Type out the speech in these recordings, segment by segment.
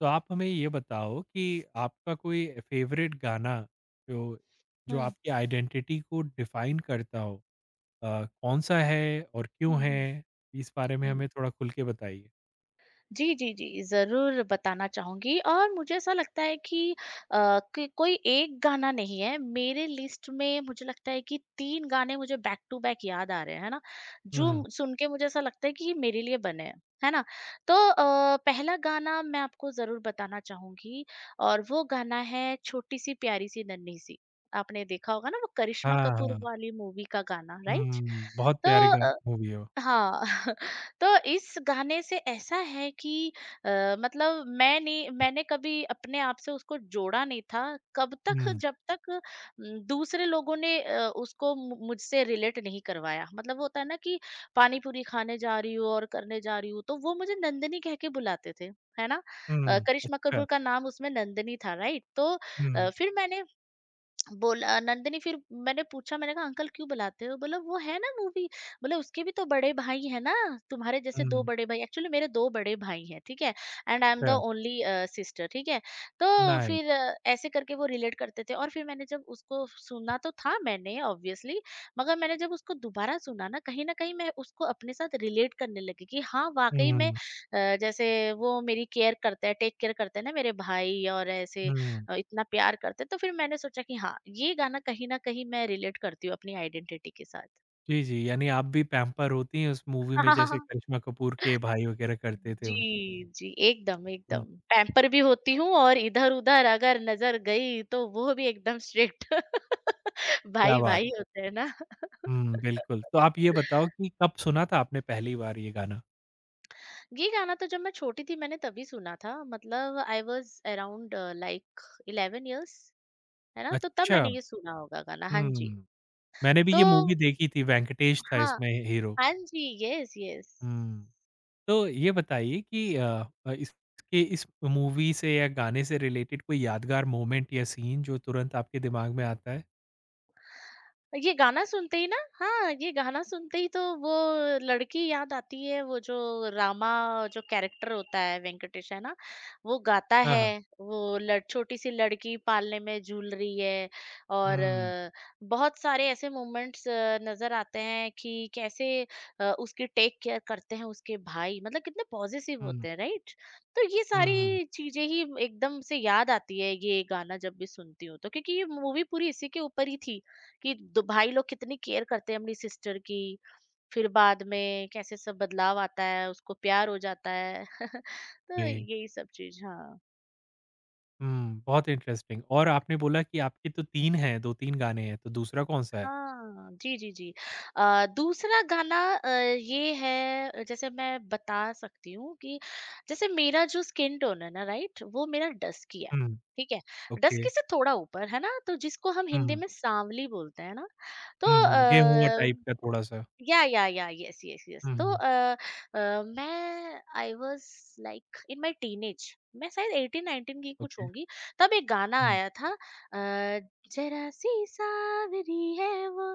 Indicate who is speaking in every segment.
Speaker 1: तो आप हमें ये बताओ कि आपका कोई फेवरेट गाना जो जो
Speaker 2: हुँ,
Speaker 1: आपकी आइडेंटिटी को डिफाइन करता हो अ, कौन-सा है और क्यों
Speaker 2: हुँ, हुँ।
Speaker 1: है? इस बारे में
Speaker 2: हुँ।
Speaker 1: हमें थोड़ा खुल के बताइए।
Speaker 2: जी, जी, जी, ज़रूर बताना चाहूँगी और मुझे ऐसा लगता है कि कोई एक गाना नहीं है, मेरे लिस्ट में मुझे लगता है कि 3 गाने मुझे बैक टू बैक याद आ रहे हैं, है ना?
Speaker 1: हुँ,
Speaker 2: जो
Speaker 1: हुँ।
Speaker 2: सुन के मुझे ऐसा लगता है कि ये मेरे लिए बने हैं, है ना? तो पहला गाना मैं आपको ज़रूर बताना चाहूँगी और वो गाना है छोटी सी प्यारी सी नन्ही सी। आपने देखा होगा ना वो
Speaker 1: हाँ,
Speaker 2: करिश्मा कपूर
Speaker 1: हाँ।
Speaker 2: वाली मूवी का गाना, राइट?
Speaker 1: हुँ, बहुत
Speaker 2: तो
Speaker 1: प्यारी गा
Speaker 2: अ
Speaker 1: मूवी है वो।
Speaker 2: हाँ। तो इस गाने से ऐसा है कि मतलब मैं नहीं मैंने कभी अपने आप से उसको जोड़ा नहीं था कब तक
Speaker 1: हुँ,
Speaker 2: जब तक न, दूसरे लोगों ने उसको मुझसे रिलेट नहीं करवाया। मतलब होता है ना कि पानी पूरी खाने जा रही हूँ और करने जा रही हूँ तो वो मुझे नंदनी कह के बुलाते थे, है ना।
Speaker 1: हुँ,
Speaker 2: करिश्मा
Speaker 1: अच्छा।
Speaker 2: कपूर का नाम उसमें नंदनी था, राइट? तो
Speaker 1: हुँ,
Speaker 2: फिर मैंने बोला नंदिनी। फिर मैंने पूछा, मैंने कहा अंकल क्यों बुलाते हो? बोला वो है ना मूवी, बोला उसके भी तो बड़े भाई है ना तुम्हारे जैसे दो
Speaker 1: हुँ,
Speaker 2: बड़े भाई। एक्चुअली मेरे दो बड़े भाई हैं ठीक है, एंड आई एम द
Speaker 1: अच्छा,
Speaker 2: ओनली सिस्टर, ठीक है। तो
Speaker 1: नाइस।
Speaker 2: फिर ऐसे करके वो रिलेट करते थे और फिर मैंने जब उसको सुना तो था मैंने ऑब्वियसली, मगर मैंने जब उसको दोबारा सुना ना कहीं मैं उसको अपने साथ रिलेट करने लगी कि हाँ वाकई में
Speaker 1: हुँ,
Speaker 2: जैसे वो मेरी केयर करता है, टेक केयर करते हैं ना मेरे भाई और ऐसे
Speaker 1: हुँ।
Speaker 2: इतना प्यार करते हैं। तो फिर मैंने सोचा कि हाँ, ये गाना कहीं ना कहीं मैं रिलेट करती हूँ अपनी आइडेंटिटी के साथ।
Speaker 1: जी, जी, यानी आप भी पैम्पर होती हैं उस मूवी में जैसे करिश्मा कपूर के भाई वगैरह करते थे उन।
Speaker 2: जी, जी, एकदम
Speaker 1: हुँ,
Speaker 2: एकदम पैम्पर भी होती हूँ और इधर उधर अगर नजर गई तो वो भी एकदम स्ट्रिक्ट
Speaker 1: क्या
Speaker 2: भाई
Speaker 1: बात
Speaker 2: भाई
Speaker 1: है।
Speaker 2: होते हैं ना।
Speaker 1: हुँ, बिल्कुल। तो आप ये बताओ कि कब सुना था आपने पहली बार ये गाना?
Speaker 2: ये गाना तो जब मैं छोटी थी मैंने तभी सुना था, मतलब I was around like eleven years, है ना। तो तब
Speaker 1: अच्छा,
Speaker 2: मैंने ये सुना होगा गाना, हाँ जी।
Speaker 1: हुँ। मैंने भी
Speaker 2: तो
Speaker 1: ये मूवी देखी थी, वेंकटेश था
Speaker 2: हाँ,
Speaker 1: इसमें हीरो।
Speaker 2: हाँ जी, यस यस।
Speaker 1: हुँ। तो ये बताइए कि अ अ, इस- इसके इस मूवी से या गाने से रिलेटेड कोई यादगार मोमेंट या सीन जो तुरंत आपके दिमाग में आता है?
Speaker 2: ये गाना सुनते ही ना, हाँ, ये गाना सुनते ही तो वो लड़की याद आती है, वो जो रामा, जो कैरेक्टर होता है वेंकटेश, है ना? वो गाता
Speaker 1: हाँ,
Speaker 2: है,
Speaker 1: हाँ।
Speaker 2: वो लड़ छोटी-सी लड़की पालने में झूल रही है और
Speaker 1: हुँ,
Speaker 2: बहुत सारे ऐसे मोमेंट्स नज़र आते हैं कि कैसे उसकी टेक केयर करते हैं उसके भाई, मतलब कितने पॉज़ेसिव
Speaker 1: हुँ,
Speaker 2: होते हैं, राइट? तो ये
Speaker 1: हुँ, हुँ।
Speaker 2: सारी चीज़ें ही एकदम से याद आती है, ये गाना जब भी सुनती हूँ, तो क्योंकि ये मूवी पूरी इसी के ऊपर ही थी। कि दो भाई लोग कितनी केयर करते हैं अपनी सिस्टर की, फिर बाद में कैसे सब बदलाव आता है, उसको प्यार हो जाता है। तो
Speaker 1: जी।
Speaker 2: यही सब चीज, हाँ।
Speaker 1: हुँ, बहुत इंटरेस्टिंग और आपने बोला कि आपके तो 3 हैं, 2-3 गाने हैं, तो दूसरा कौन-सा है?
Speaker 2: हाँ जी, जी, जी। दूसरा गाना, अ, ये है, जैसे मैं बता सकती हूँ कि जैसे मेरा जो स्किन टोन है ना, राइट, वो मेरा डस्की है,
Speaker 1: हुँ,
Speaker 2: ठीक है। Dusky
Speaker 1: okay.
Speaker 2: से थोड़ा ऊपर है ना, तो जिसको हम
Speaker 1: हुँ,
Speaker 2: हिंदी
Speaker 1: हुँ।
Speaker 2: में सांवली बोलते हैं ना। तो
Speaker 1: हुँ, हुँ। गेहुआ टाइप का थोड़ा-सा।
Speaker 2: या, यस यस यस।
Speaker 1: हुँ,
Speaker 2: तो
Speaker 1: हुँ।
Speaker 2: अ, मैं I was like in my teenage, मैं शायद 18 19 की कुछ
Speaker 1: ओके।
Speaker 2: होंगी। तब एक गाना
Speaker 1: हुँ,
Speaker 2: आया था, अ, जरा सी सावरी है वो,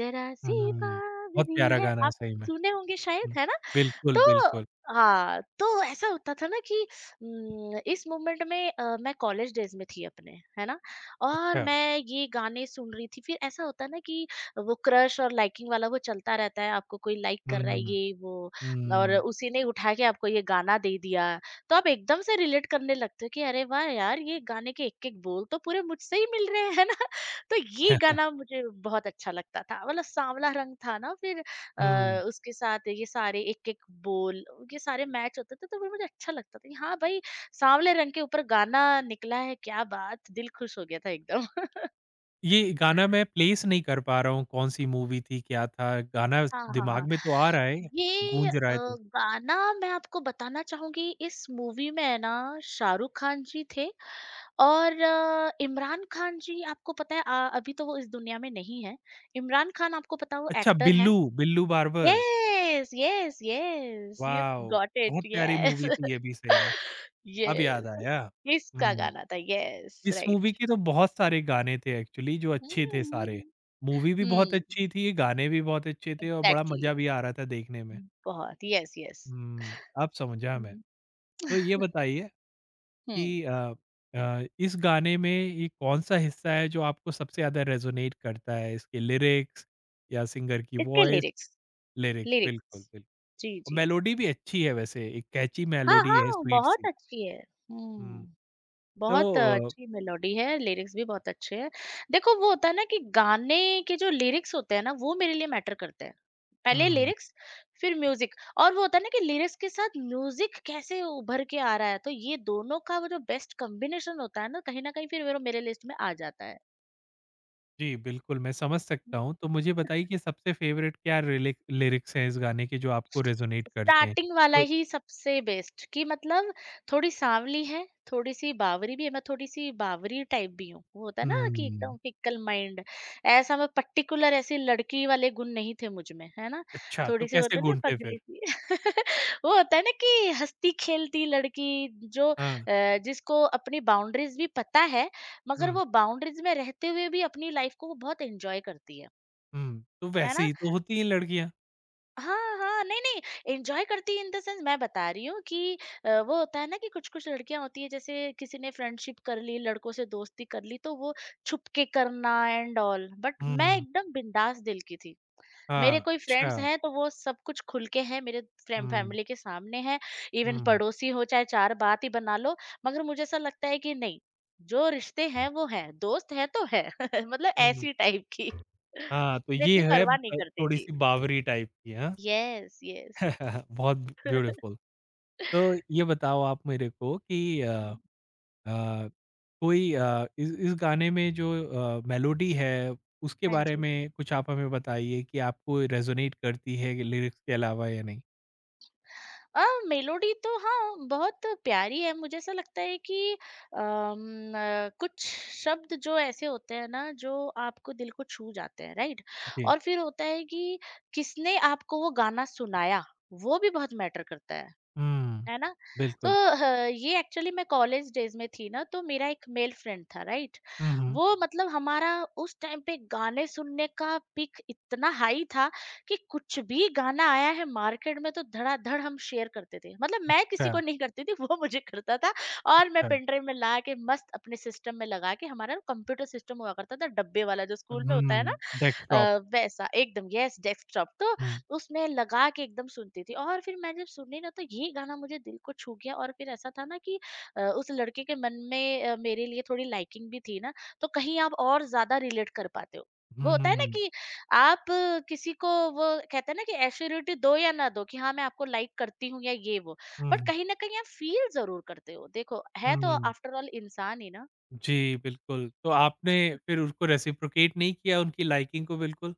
Speaker 2: जरा
Speaker 1: हुँ,
Speaker 2: सी
Speaker 1: हुँ, हुँ। बहुत
Speaker 2: बावरी
Speaker 1: प्यारा
Speaker 2: है
Speaker 1: गाना है
Speaker 2: आप।
Speaker 1: सही में।
Speaker 2: सुने होंगे
Speaker 1: हुँ।
Speaker 2: शायद, है ना?
Speaker 1: बिल्कुल,
Speaker 2: तो
Speaker 1: बिल्कुल।
Speaker 2: हाँ, तो ऐसा होता था ना कि इस मोमेंट में मैं कॉलेज डेज़ में थी अपने, है ना? और
Speaker 1: अच्छा।
Speaker 2: मैं ये गाने सुन रही थी, फिर ऐसा होता है ना कि वो क्रश और लाइकिंग वाला वो चलता रहता है, आपको कोई लाइक
Speaker 1: हुँ,
Speaker 2: कर रहा
Speaker 1: हुँ,
Speaker 2: है
Speaker 1: हुँ।
Speaker 2: ये, वो, और उसी ने उठा के आपको ये गाना दे दिया। तो आप एकदम से रिलेट करने लगते हो कि अरे वाह यार, ये गाने के एक-एक बोल तो पूरे मुझसे ही मिल रहे हैं, है ना? तो ये गाना मुझे बहुत अच्छा लगता था, मतलब साँवला रंग था ना फिर
Speaker 1: हुँ।
Speaker 2: उसके साथ ये सारे एक-एक बोल, ये सारे मैच होते थे तो वो मुझे अच्छा लगता था कि हाँ भाई, साँवले रंग के ऊपर गाना निकला है, क्या बात! दिल खुश हो गया था एकदम।
Speaker 1: ये गाना मैं प्लेस नहीं कर पा रहा हूँ, कौन-सी मूवी थी, क्या था? गाना
Speaker 2: हाँ, हाँ,
Speaker 1: दिमाग
Speaker 2: हाँ।
Speaker 1: में तो आ रहा है,
Speaker 2: ये
Speaker 1: गूँज रहा है तो
Speaker 2: गाना मैं आपको बताना चाहूँगी, इस मूवी में है ना शाहरुख खान जी थे और इमरान खान जी, आपको पता है अभी तो वो इस दुनिया में नहीं है। इमरान खान आपको पता है वो
Speaker 1: अच्छा
Speaker 2: एक्टर हैं।
Speaker 1: Billu, Billu barber.
Speaker 2: Yes, yes, yes, you
Speaker 1: wow!
Speaker 2: Got
Speaker 1: बहुत
Speaker 2: इट,
Speaker 1: प्यारी
Speaker 2: येस।
Speaker 1: मूवी थी ये भी सही में। अब याद
Speaker 2: यस,
Speaker 1: आया।
Speaker 2: इसका
Speaker 1: हुँ।
Speaker 2: गाना था, यस,
Speaker 1: इस मूवी
Speaker 2: राइट।
Speaker 1: के तो बहुत सारे गाने थे एक्चुअली जो अच्छे थे
Speaker 2: हम्म।
Speaker 1: सारे। मूवी भी बहुत
Speaker 2: हम्म,
Speaker 1: अच्छी थी, गाने भी बहुत अच्छे थे और बड़ा
Speaker 2: एग्जैक्टली,
Speaker 1: मज़ा भी आ रहा था देखने में।
Speaker 2: बहुत, यस यस।
Speaker 1: हुँ, अब समझा मैं। तो ये बताइए
Speaker 2: हम्म।
Speaker 1: कि इस गाने में ये कौन-सा हिस्सा है जो आपको सबसे ज़्यादा रेज़ोनेट करता है? इसके लिरिक्स या सिंगर की
Speaker 2: इसके
Speaker 1: वॉइस?
Speaker 2: लिरिक्स,
Speaker 1: लिरिक्स, बिल्कुल,
Speaker 2: लिरिक्स,
Speaker 1: बिल्कुल।
Speaker 2: जी
Speaker 1: और
Speaker 2: जी।
Speaker 1: मेलोडी भी अच्छी है वैसे, एक कैची
Speaker 2: हाँ
Speaker 1: मेलोडी है
Speaker 2: हाँ
Speaker 1: स्वीट
Speaker 2: बहुत
Speaker 1: सी।
Speaker 2: अच्छी है,
Speaker 1: हुँ,
Speaker 2: हम्म।
Speaker 1: तो
Speaker 2: बहुत
Speaker 1: अ,
Speaker 2: अच्छी मेलोडी है, लिरिक्स भी बहुत अच्छे हैं। देखो वो होता है ना कि गाने के जो लिरिक्स होते हैं ना, वो मेरे लिए मैटर करते हैं। पहले
Speaker 1: हुँ।
Speaker 2: लिरिक्स, फिर म्यूज़िक, और वो होता है ना कि लिरिक्स के साथ म्यूज़िक कैसे उभर के आ रहा है, तो ये दोनों का वो जो बेस्ट कॉम्बिनेशन होता है ना, कहीं न कहीं फिर वो मेरे लिस्ट में आ जाता है।
Speaker 1: जी, बिल्कुल, मैं समझ सकता हूँ। तो मुझे बताइए कि सबसे फ़ेवरेट क्या रिलिक लिरिक्स हैं इस गाने के जो आपको रेज़ोनेट करते हैं?
Speaker 2: स्टार्टिंग वाला
Speaker 1: तो
Speaker 2: ही सबसे बेस्ट, कि मतलब थोड़ी सांवली है, थोड़ी-सी बावरी भी है, मैं थोड़ी-सी बावरी टाइप भी हूँ। वो होता है ना कि
Speaker 1: हुँ,
Speaker 2: एकदम फिक्कल माइंड, ऐसा मैं पर्टिकुलर ऐसी लड़की वाले गुण नहीं थे मुझ में, है ना?
Speaker 1: अच्छा, तो
Speaker 2: थोड़ी-सी
Speaker 1: कैसे
Speaker 2: होता है ना
Speaker 1: ढूँढते फिर?
Speaker 2: पगली-सी। वो होता है ना कि हँसती-खेलती लड़की जो
Speaker 1: हाँ,
Speaker 2: जिसको अपनी बाउंड्रीज़ भी पता है, मगर
Speaker 1: हुँ,
Speaker 2: वो बाउंड्रीज़ में रहते हुए भी अपनी लाइफ़ को वो बहुत एन्जॉय करती है।
Speaker 1: हुँ, तो
Speaker 2: है
Speaker 1: वैसे
Speaker 2: ना?
Speaker 1: ही तो होती हैं लड़कियाँ।
Speaker 2: हाँ, हाँ, नहीं, नहीं, एन्जॉय करती इन द सेंस मैं बता रही हूँ कि वो होता है ना कि कुछ-कुछ लड़कियाँ होती हैं, जैसे किसी ने फ्रेंडशिप कर ली, लड़कों से दोस्ती कर ली, तो वो छुप के करना एंड ऑल, बट मैं
Speaker 1: हुँ,
Speaker 2: एकदम बिंदास दिल की थी। मेरे
Speaker 1: हाँ,
Speaker 2: कोई फ्रेंड्स
Speaker 1: अच्छा,
Speaker 2: हैं तो वो सब कुछ खुल के हैं, मेरे फ्रें
Speaker 1: हुँ,
Speaker 2: फैमिली के सामने हैं, इवन
Speaker 1: हुँ,
Speaker 2: पड़ोसी हो चाहे 4 बात ही बना लो, मगर मुझे ऐसा लगता है कि नहीं, जो रिश्ते हैं वो हैं, दोस्त है तो है। मतलब
Speaker 1: हुँ,
Speaker 2: ऐसी टाइप की।
Speaker 1: हाँ, तो
Speaker 2: मैं
Speaker 1: ये
Speaker 2: इतनी
Speaker 1: है
Speaker 2: परवाह नहीं करती थी।
Speaker 1: थोड़ी-सी बावरी टाइप की, हाँ?
Speaker 2: Yes, yes.
Speaker 1: बहुत ब्यूटीफुल। तो ये बताओ आप मेरे को कि
Speaker 2: हुँ,
Speaker 1: अ, कोई इस गाने में जो मेलोडी है उसके
Speaker 2: हाँ
Speaker 1: बारे
Speaker 2: जी।
Speaker 1: में कुछ आप हमें बताइए कि आपको रेजोनेट करती है लिरिक्स के अलावा या नहीं?
Speaker 2: अ, मेलोडी तो हाँ, बहुत प्यारी है, मुझे ऐसा लगता है कि कुछ शब्द जो ऐसे होते हैं ना, जो आपको दिल को छू जाते हैं, राइट?
Speaker 1: जी।
Speaker 2: और फिर होता है कि किसने आपको वो गाना सुनाया, वो भी बहुत मैटर करता है।
Speaker 1: हुँ।
Speaker 2: है ना। तो
Speaker 1: बिल्कुल।
Speaker 2: ये एक्चुअली मैं कॉलेज डेज में थी ना, तो मेरा एक मेल फ्रेंड था, राइट?
Speaker 1: हुँ, हुँ।
Speaker 2: वो मतलब हमारा उस टाइम पे गाने सुनने का पिक इतना हाई था कि कुछ भी गाना आया है मार्केट में तो धड़ाधड़ हम शेयर करते थे, मतलब मैं किसी
Speaker 1: अच्छा,
Speaker 2: को नहीं करती थी, वो मुझे करता था। और मैं
Speaker 1: अच्छा।
Speaker 2: पेनड्राइव में ला के मस्त अपने सिस्टम में लगा के, हमारा कंप्यूटर सिस्टम हुआ करता था डब्बे वाला जो स्कूल में
Speaker 1: हुँ।
Speaker 2: होता है ना,
Speaker 1: डेस्कटॉप।
Speaker 2: वैसा एकदम, यस डेस्कटॉप। तो
Speaker 1: हुँ,
Speaker 2: उसमें लगा के एकदम सुनती थी और फिर मैं जब सुनी ना तो ये गाना मुझे दिल को छू गया और फिर ऐसा था ना कि उस लड़के के मन में मेरे लिए थोड़ी लाइकिंग भी थी ना, तो कहीं आप और ज्यादा रिलेट कर पाते हो। वो होता है ना
Speaker 1: हुँ,
Speaker 2: कि आप किसी को, वो कहते हैं ना कि एश्योरिटी दो या ना दो कि हाँ मैं आपको लाइक करती हूँ या ये वो, बट
Speaker 1: हुँ,
Speaker 2: कहीं ना कहीं आप फील जरूर करते हो, देखो है तो
Speaker 1: हुँ।
Speaker 2: आफ्टर ऑल इंसान ही ना।
Speaker 1: जी, बिल्कुल। तो आपने फिर उसको रेसिप्रोकेट नहीं किया उनकी लाइकिंग को बिल्कुल?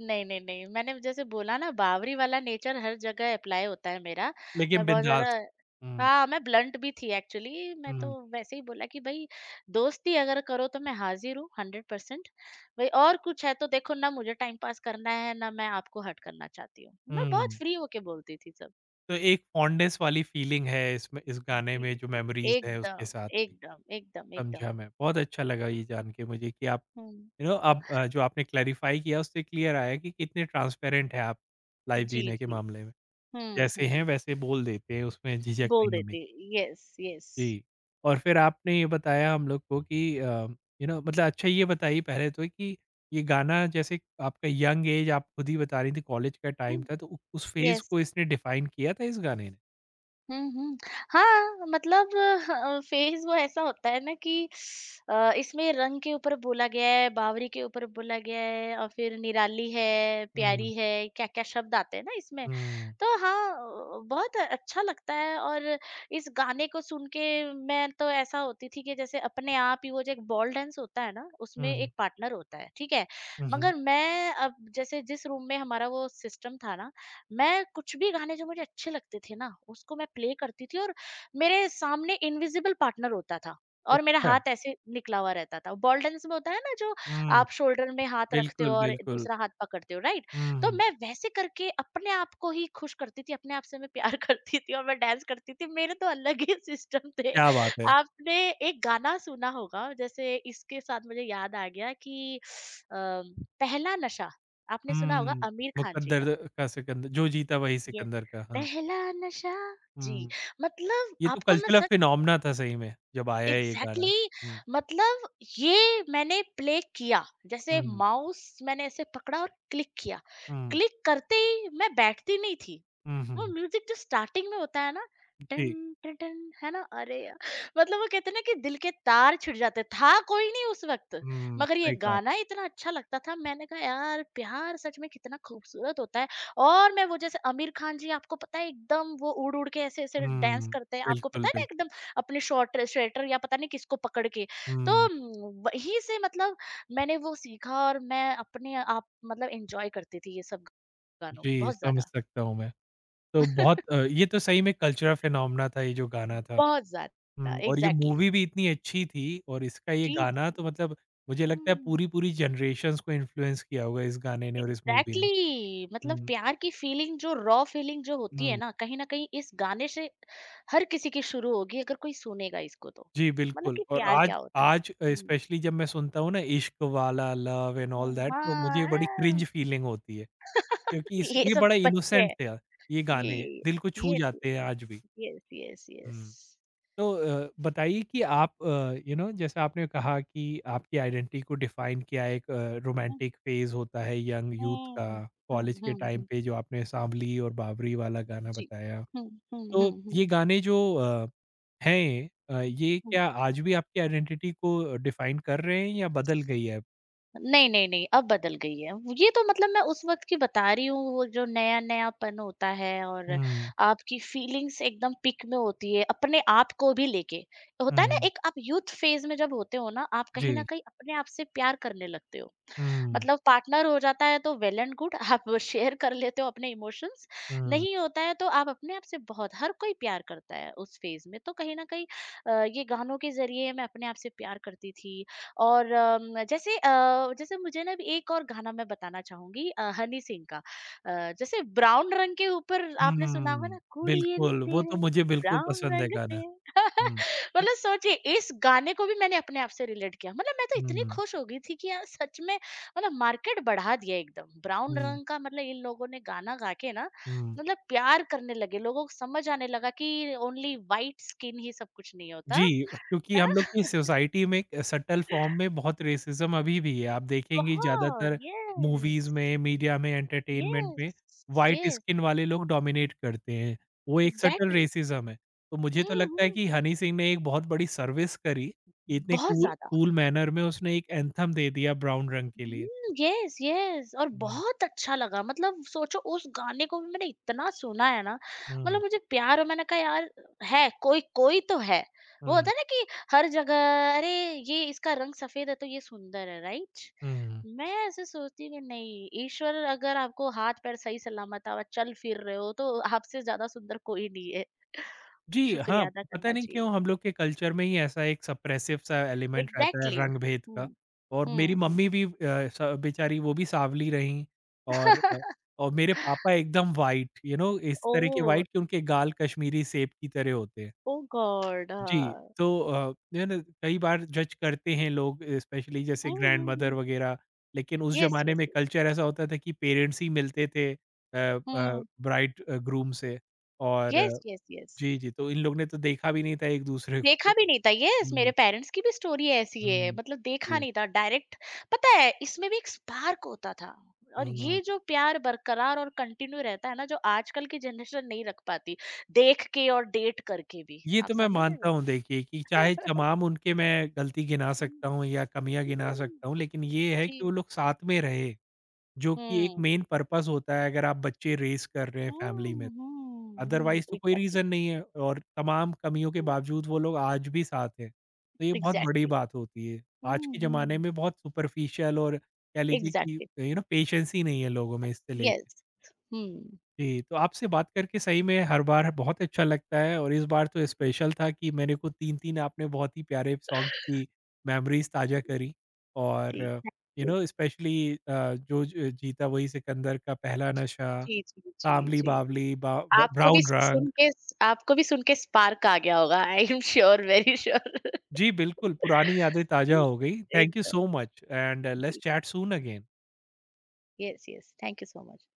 Speaker 2: नहीं, नहीं, नहीं। मैंने जैसे बोला ना, बावरी वाला नेचर हर जगह अप्लाई होता है मेरा।
Speaker 1: लेकिन
Speaker 2: मैं बहुत ज़्यादा,
Speaker 1: बिंदास। हुँ,
Speaker 2: हाँ, मैं ब्लंट भी थी एक्चुअली। मैं तो
Speaker 1: हुँ,
Speaker 2: वैसे ही बोला कि भई दोस्ती अगर करो तो मैं हाज़िर हूँ 100%, भई और कुछ है तो देखो ना, मुझे टाइम पास करना है, ना मैं आपको हर्ट करना चाहती हूँ। मैं बहुत
Speaker 1: हुँ।
Speaker 2: फ्री होके बोलती थी सब।
Speaker 1: तो एक फॉन्डनेस वाली फीलिंग है इसमें इस गाने
Speaker 2: जी,
Speaker 1: में जो
Speaker 2: जी।
Speaker 1: मेमोरीज़ है उसके
Speaker 2: एकदम,
Speaker 1: साथ भी।
Speaker 2: एकदम, एकदम, एकदम।
Speaker 1: समझा मैं, बहुत अच्छा लगा ये जान के मुझे कि आप
Speaker 2: हुँ।
Speaker 1: यू नो आप जो आपने क्लैरिफ़ाई किया उससे क्लियर आया कि कितने ट्रांसपेरेंट हैं आप लाइफ़
Speaker 2: जी,
Speaker 1: जीने के
Speaker 2: जी।
Speaker 1: मामले में।
Speaker 2: हुँ,
Speaker 1: जैसे हैं
Speaker 2: हुँ।
Speaker 1: वैसे बोल देते हैं उसमें झिझक
Speaker 2: बोल
Speaker 1: नहीं होनी चाहिए।
Speaker 2: देती। Yes, yes.
Speaker 1: जी। और फिर आपने ये बताया हम लोग को कि यू नो मतलब अच्छा ये बताइए पहले तो कि ये गाना जैसे आपका यंग एज आप खुद ही बता रही थी कॉलेज का
Speaker 2: हुँ,
Speaker 1: टाइम था तो उ उस फ़ेज़
Speaker 2: यस।
Speaker 1: को इसने डिफ़ाइन किया था इस गाने ने?
Speaker 2: हुँ, हुँ। हाँ, मतलब ह फेज़ वो ऐसा होता है ना कि इसमें रंग के ऊपर बोला गया है, बावरी के ऊपर बोला गया है और फिर निराली है,
Speaker 1: हुँ,
Speaker 2: प्यारी है, क्या-क्या शब्द आते हैं ना इसमें।
Speaker 1: हुँ।
Speaker 2: तो हाँ, बहुत अच्छा लगता है। और इस गाने को सुन के मैं तो ऐसा होती थी कि जैसे अपने आप ही, वो जो एक बॉल डांस होता है ना उसमें
Speaker 1: हुँ, हुँ।
Speaker 2: एक पार्टनर होता है, ठीक है?
Speaker 1: हुँ, हुँ।
Speaker 2: मगर मैं, अब जैसे जिस रूम में हमारा वो सिस्टम था ना, मैं कुछ भी गाने जो मुझे अच्छे लगते थे ना, उसको मैं प्ले करती थी और मेरे सामने इनविजिबल पार्टनर होता था और मेरा
Speaker 1: अच्छा।
Speaker 2: हाथ ऐसे निकला हुआ रहता था, बॉल डांस में होता है ना जो,
Speaker 1: हुँ,
Speaker 2: आप शोल्डर में हाथ रखते हो
Speaker 1: बिल्कुल,
Speaker 2: और
Speaker 1: बिल्कुल।
Speaker 2: दूसरा हाथ पकड़ते हो, राइट?
Speaker 1: हुँ,
Speaker 2: तो
Speaker 1: हुँ।
Speaker 2: मैं वैसे करके अपने आप को ही खुश करती थी, अपने आप से मैं प्यार करती थी और मैं डांस करती थी। मेरे तो अलग ही सिस्टम थे।
Speaker 1: क्या बात है!
Speaker 2: आपने एक गाना सुना होगा जैसे इसके साथ मुझे याद आ गया कि अ, पहला नशा। आपने सुना होगा
Speaker 1: हुँ,
Speaker 2: आमिर खान जी का।
Speaker 1: मुकद्दर का सिकंदर जो जीता वही
Speaker 2: यस,
Speaker 1: सिकंदर का, हाँ।
Speaker 2: पहला नशा जी,
Speaker 1: हुँ,
Speaker 2: मतलब
Speaker 1: ये तो
Speaker 2: आपको मैं
Speaker 1: कल्चरल
Speaker 2: सच।
Speaker 1: फिनोमेना था सही में, जब आया ये गाना।
Speaker 2: एग्ज़ैक्टली
Speaker 1: हुँ,
Speaker 2: मतलब ये मैंने प्ले किया। जैसे
Speaker 1: हुँ,
Speaker 2: माउस मैंने ऐसे पकड़ा और क्लिक किया।
Speaker 1: हुँ,
Speaker 2: क्लिक करते ही मैं बैठती नहीं थी।
Speaker 1: हुँ,
Speaker 2: वो
Speaker 1: हुँ।
Speaker 2: म्यूजिक जो स्टार्टिंग में होता है ना,
Speaker 1: जी,
Speaker 2: टन टन टन, है ना। अरे यार मतलब वो कहते हैं ना कि दिल के तार छिड़ जाते था, कोई नहीं उस वक्त।
Speaker 1: हुँ,
Speaker 2: मगर ये
Speaker 1: सही कहा।
Speaker 2: गाना इतना अच्छा लगता था, मैंने कहा यार प्यार सच में कितना खूबसूरत होता है। और मैं वो, जैसे आमिर खान जी आपको पता है, एकदम वो उड़ उड़ के ऐसे ऐसे डांस
Speaker 1: हुँ,
Speaker 2: करते हैं, आपको
Speaker 1: बिल्कुल,
Speaker 2: पता है ना,
Speaker 1: बिल्कुल।
Speaker 2: एकदम अपने शॉर्ट स्वेटर या पता नहीं किसको पकड़ के।
Speaker 1: हुँ,
Speaker 2: तो वहीं से मतलब मैंने वो सीखा और मैं अपने आप मतलब एंजॉय करती थी ये सब गानों में,
Speaker 1: जी,
Speaker 2: बहुत
Speaker 1: समझ
Speaker 2: ज्यादा,
Speaker 1: सकता हूँ मैं। तो बहुत ये तो सही में कल्चरल फिनोमेना था ये जो गाना था।
Speaker 2: बहुत ज़्यादा
Speaker 1: हुँ, और ये
Speaker 2: एग्ज़ैक्टली।
Speaker 1: मूवी भी इतनी अच्छी थी और इसका ये
Speaker 2: जी,
Speaker 1: गाना तो
Speaker 2: जी।
Speaker 1: मतलब मुझे लगता है
Speaker 2: हुँ,
Speaker 1: पूरी-पूरी जनरेशंस को इन्फ्लुएंस किया होगा इस गाने ने और इस मूवी ने।
Speaker 2: एग्ज़ैक्टली मतलब
Speaker 1: हुँ,
Speaker 2: प्यार की फीलिंग, जो रॉ फीलिंग जो होती है
Speaker 1: हुँ।
Speaker 2: ना, कहीं न कहीं इस गाने से हर किसी की शुरू होगी, अगर कोई सुनेगा इसको तो।
Speaker 1: जी,
Speaker 2: मतलब
Speaker 1: बिल्कुल
Speaker 2: कि
Speaker 1: और
Speaker 2: प्यार
Speaker 1: आज
Speaker 2: क्या होता है?
Speaker 1: आज
Speaker 2: हुँ,
Speaker 1: स्पेशली जब मैं सुनता हूँ ना इश्क वाला, लव एंड ऑल
Speaker 2: हुँ,
Speaker 1: दैट तो
Speaker 2: हाँ,
Speaker 1: मुझे बड़ी क्रिंज
Speaker 2: हाँ,
Speaker 1: फीलिंग होती है क्योंकि इस
Speaker 2: ये
Speaker 1: ये
Speaker 2: सब
Speaker 1: बड़ा
Speaker 2: बच्चे
Speaker 1: इनोसेंट
Speaker 2: हैं।
Speaker 1: था, ये गाने दिल को छू
Speaker 2: ये,
Speaker 1: जाते हैं आज भी।
Speaker 2: ये। यस, यस, यस, यस,
Speaker 1: हुँ।
Speaker 2: यस।
Speaker 1: तो बताइए कि आप यू नो जैसे आपने कहा कि आपकी आइडेंटिटी को डिफाइन किया एक
Speaker 2: हुँ,
Speaker 1: रोमांटिक फेज होता है यंग यूथ का
Speaker 2: हुँ, हुँ,
Speaker 1: कॉलेज के
Speaker 2: हुँ,
Speaker 1: टाइम
Speaker 2: हुँ,
Speaker 1: पे जो आपने सांवली और बावरी वाला गाना
Speaker 2: जी।
Speaker 1: बताया
Speaker 2: हुँ, हुँ,
Speaker 1: तो
Speaker 2: हुँ, हुँ,
Speaker 1: ये गाने जो ये
Speaker 2: हुँ।
Speaker 1: क्या आज भी आपकी आइडेंटिटी को डिफाइन कर रहे हैं या बदल गई है
Speaker 2: नहीं, नहीं, नहीं, अब बदल गई है। ये तो मतलब मैं उस वक़्त की बता रही हूँ, वो जो नया-नयापन होता है और
Speaker 1: हम्म
Speaker 2: आपकी फीलिंग्स एकदम पीक में होती है, अपने आप को भी लेके। होता है ना,
Speaker 1: हम्म
Speaker 2: एक आप यूथ फेज़ में जब होते हो ना, आप कहीं न
Speaker 1: जी
Speaker 2: कहीं अपने आप से प्यार करने लगते हो।
Speaker 1: हम्म
Speaker 2: मतलब पार्टनर हो जाता है तो वेल एंड गुड, आप शेयर कर लेते हो अपने इमोशंस।
Speaker 1: हम्म
Speaker 2: नहीं होता है तो आप अपने आप से, बहुत हर कोई प्यार करता है उस फेज में, तो कहीं ना कहीं ये गानों के जरिए मैं अपने आप से प्यार करती थी। और जैसे जैसे मुझे ना अभी एक और गाना मैं बताना चाहूंगी हनी सिंह का। जैसे ब्राउन रंग के ऊपर आपने सुना होगा
Speaker 1: हम्म
Speaker 2: ना, कुड़िए नी
Speaker 1: बिल्कुल वो तो
Speaker 2: तेरे
Speaker 1: मुझे बिल्कुल
Speaker 2: ब्राउन
Speaker 1: पसंद है
Speaker 2: रंग
Speaker 1: गाना
Speaker 2: दे
Speaker 1: हम्म हम्म
Speaker 2: मतलब सोचिए, इस गाने को भी मैंने अपने आप से रिलेट किया। मतलब मैं तो इतनी
Speaker 1: हम्म
Speaker 2: खुश हो गई थी कि यार सच में, मतलब मार्केट बढ़ा दिया एकदम ब्राउन रंग का, मतलब इन लोगों ने गाना गा के ना,
Speaker 1: हम्म
Speaker 2: मतलब प्यार करने लगे, लोगों को समझ आने लगा कि ओनली वाइट स्किन ही सब कुछ नहीं होता।
Speaker 1: जी, क्योंकि
Speaker 2: है
Speaker 1: हम
Speaker 2: ना
Speaker 1: लोग की सोसाइटी में एक सटल फॉर्म में बहुत रेसिज़्म अभी भी है। आप देखेंगे
Speaker 2: बहुत
Speaker 1: ज़्यादातर
Speaker 2: यस,
Speaker 1: मूवीज़ में, मीडिया में, एंटरटेनमेंट
Speaker 2: यस,
Speaker 1: में व्हाइट
Speaker 2: यस,
Speaker 1: स्किन वाले लोग डोमिनेट करते हैं। वो एक सटल
Speaker 2: एग्जैक्टली।
Speaker 1: रेसिज़्म है। तो मुझे तो
Speaker 2: हम्म,
Speaker 1: लगता है
Speaker 2: हम्म,
Speaker 1: कि हनी सिंह ने एक बहुत बड़ी सर्विस करी, इतने
Speaker 2: बहुत
Speaker 1: कूल
Speaker 2: ज्यादा।
Speaker 1: कूल मैनर में उसने एक एंथम दे दिया ब्राउन रंग के लिए।
Speaker 2: हुँ, येस, येस, और
Speaker 1: हुँ,
Speaker 2: बहुत अच्छा लगा। मतलब सोचो, उस गाने को भी मैंने इतना सुना है ना,
Speaker 1: हुँ,
Speaker 2: मतलब मुझे प्यार, और मैंने कहा यार, है, कोई कोई तो है। वो
Speaker 1: हुँ,
Speaker 2: होता है ना कि हर जगह, अरे ये इसका रंग सफ़ेद है तो ये सुंदर है, राइट?
Speaker 1: हुँ।
Speaker 2: मैं ऐसे सोचती कि नहीं, ईश्वर अगर आपको हाथ-पैर सही सलामत और चल फिर रहे हो तो आपसे ज़्यादा सुंदर कोई नहीं है।
Speaker 1: जी, हाँ,
Speaker 2: शुक्रिया अदा
Speaker 1: पता
Speaker 2: करना
Speaker 1: नहीं क्यों
Speaker 2: चाहिए।
Speaker 1: हम लोग के कल्चर में ही ऐसा एक सप्रेसिव सा एलिमेंट रहता है
Speaker 2: एग्ज़ैक्टली।
Speaker 1: रंग-भेद का
Speaker 2: हुँ,
Speaker 1: और मेरी
Speaker 2: हुँ, हुँ।
Speaker 1: मम्मी भी अ, स बेचारी वो भी साँवली रहीं और और मेरे पापा एकदम व्हाइट यू नो इस तरह के
Speaker 2: ओह!
Speaker 1: व्हाइट कि उनके गाल कश्मीरी सेब की तरह होते हैं।
Speaker 2: ओह गॉड!
Speaker 1: जी,
Speaker 2: हाँ।
Speaker 1: तो यू नो कई बार जज करते हैं लोग स्पेशली जैसे
Speaker 2: हुँ, हुँ,
Speaker 1: ग्रैंडमदर
Speaker 2: हुँ।
Speaker 1: वगैरह, लेकिन उस
Speaker 2: यस,
Speaker 1: ज़माने में
Speaker 2: यस।
Speaker 1: कल्चर ऐसा होता था कि पेरेंट्स ही मिलते थे
Speaker 2: हुँ।
Speaker 1: ब्राइड ग्रूम से और
Speaker 2: यस, यस, यस।
Speaker 1: जी, जी, तो इन लोग ने तो देखा भी नहीं था एक-दूसरे को।
Speaker 2: देखा भी नहीं था। यस, मेरे
Speaker 1: हुँ,
Speaker 2: पेरेंट्स की भी स्टोरी ऐसी है।
Speaker 1: हुँ।
Speaker 2: मतलब देखा
Speaker 1: जी।
Speaker 2: नहीं था डायरेक्ट। पता है, इसमें भी एक स्पार्क होता था। और
Speaker 1: हुँ।
Speaker 2: ये जो प्यार बरकरार और कंटिन्यू रहता है ना, जो आजकल की जनरेशन नहीं रख पाती, देख के और डेट करके भी।
Speaker 1: ये
Speaker 2: आप
Speaker 1: तो मैं
Speaker 2: समझ रहे
Speaker 1: मानता
Speaker 2: हैं?
Speaker 1: हूँ देखिए कि चाहे तमाम उनके मैं गलती गिना
Speaker 2: हुँ,
Speaker 1: सकता हूँ या कमियाँ गिना
Speaker 2: हुँ।
Speaker 1: सकता हूँ, लेकिन ये है कि वो
Speaker 2: जी।
Speaker 1: लोग साथ में रहे, जो कि एक
Speaker 2: हुँ।
Speaker 1: मेन पर्पज़ होता है अगर आप बच्चे रेज़ कर रहे हैं फैमिली में।
Speaker 2: हुँ, हुँ, हुँ।
Speaker 1: अदरवाइज़ तो कोई
Speaker 2: एग्ज़ैक्टली।
Speaker 1: रीज़न नहीं है और तमाम कमियों के
Speaker 2: हुँ,
Speaker 1: बावजूद वो लोग आज भी साथ हैं। तो ये बहुत बड़ी
Speaker 2: एग्ज़ैक्टली।
Speaker 1: बात होती है। आज
Speaker 2: हुँ,
Speaker 1: के ज़माने
Speaker 2: हुँ।
Speaker 1: में बहुत सुपरफिशियल और कह लीजिए कि
Speaker 2: एग्ज़ैक्टली।
Speaker 1: यू नो पेशेंस ही नहीं है लोगों में इससे ले
Speaker 2: यस। हुँ।
Speaker 1: जी, तो आपसे बात करके सही में हर बार बहुत अच्छा लगता है और इस बार तो स्पेशल था कि मेरे को 3-3 आपने बहुत ही प्यारे सॉन्ग की मेमोरीज़ ताज़ा करी और
Speaker 2: जी। Thank
Speaker 1: you
Speaker 2: you.
Speaker 1: No specially जो ज जीता वही सिकंदर का पहला नशा,
Speaker 2: जी, जी, जी,
Speaker 1: सांवली
Speaker 2: जी।
Speaker 1: बावली, बा ब
Speaker 2: आपको भी
Speaker 1: ब्राउन रंग।
Speaker 2: सुन के आपको भी सुन के स्पार्क आ गया होगा। I am sure, very sure.
Speaker 1: जी, बिल्कुल, पुरानी यादें ताज़ा
Speaker 2: जी,
Speaker 1: हो गई। थैंक यू सो
Speaker 2: एकदम।
Speaker 1: मच एंड लेट्स
Speaker 2: जी।
Speaker 1: Chat soon again.
Speaker 2: Yes, yes. Thank you so much.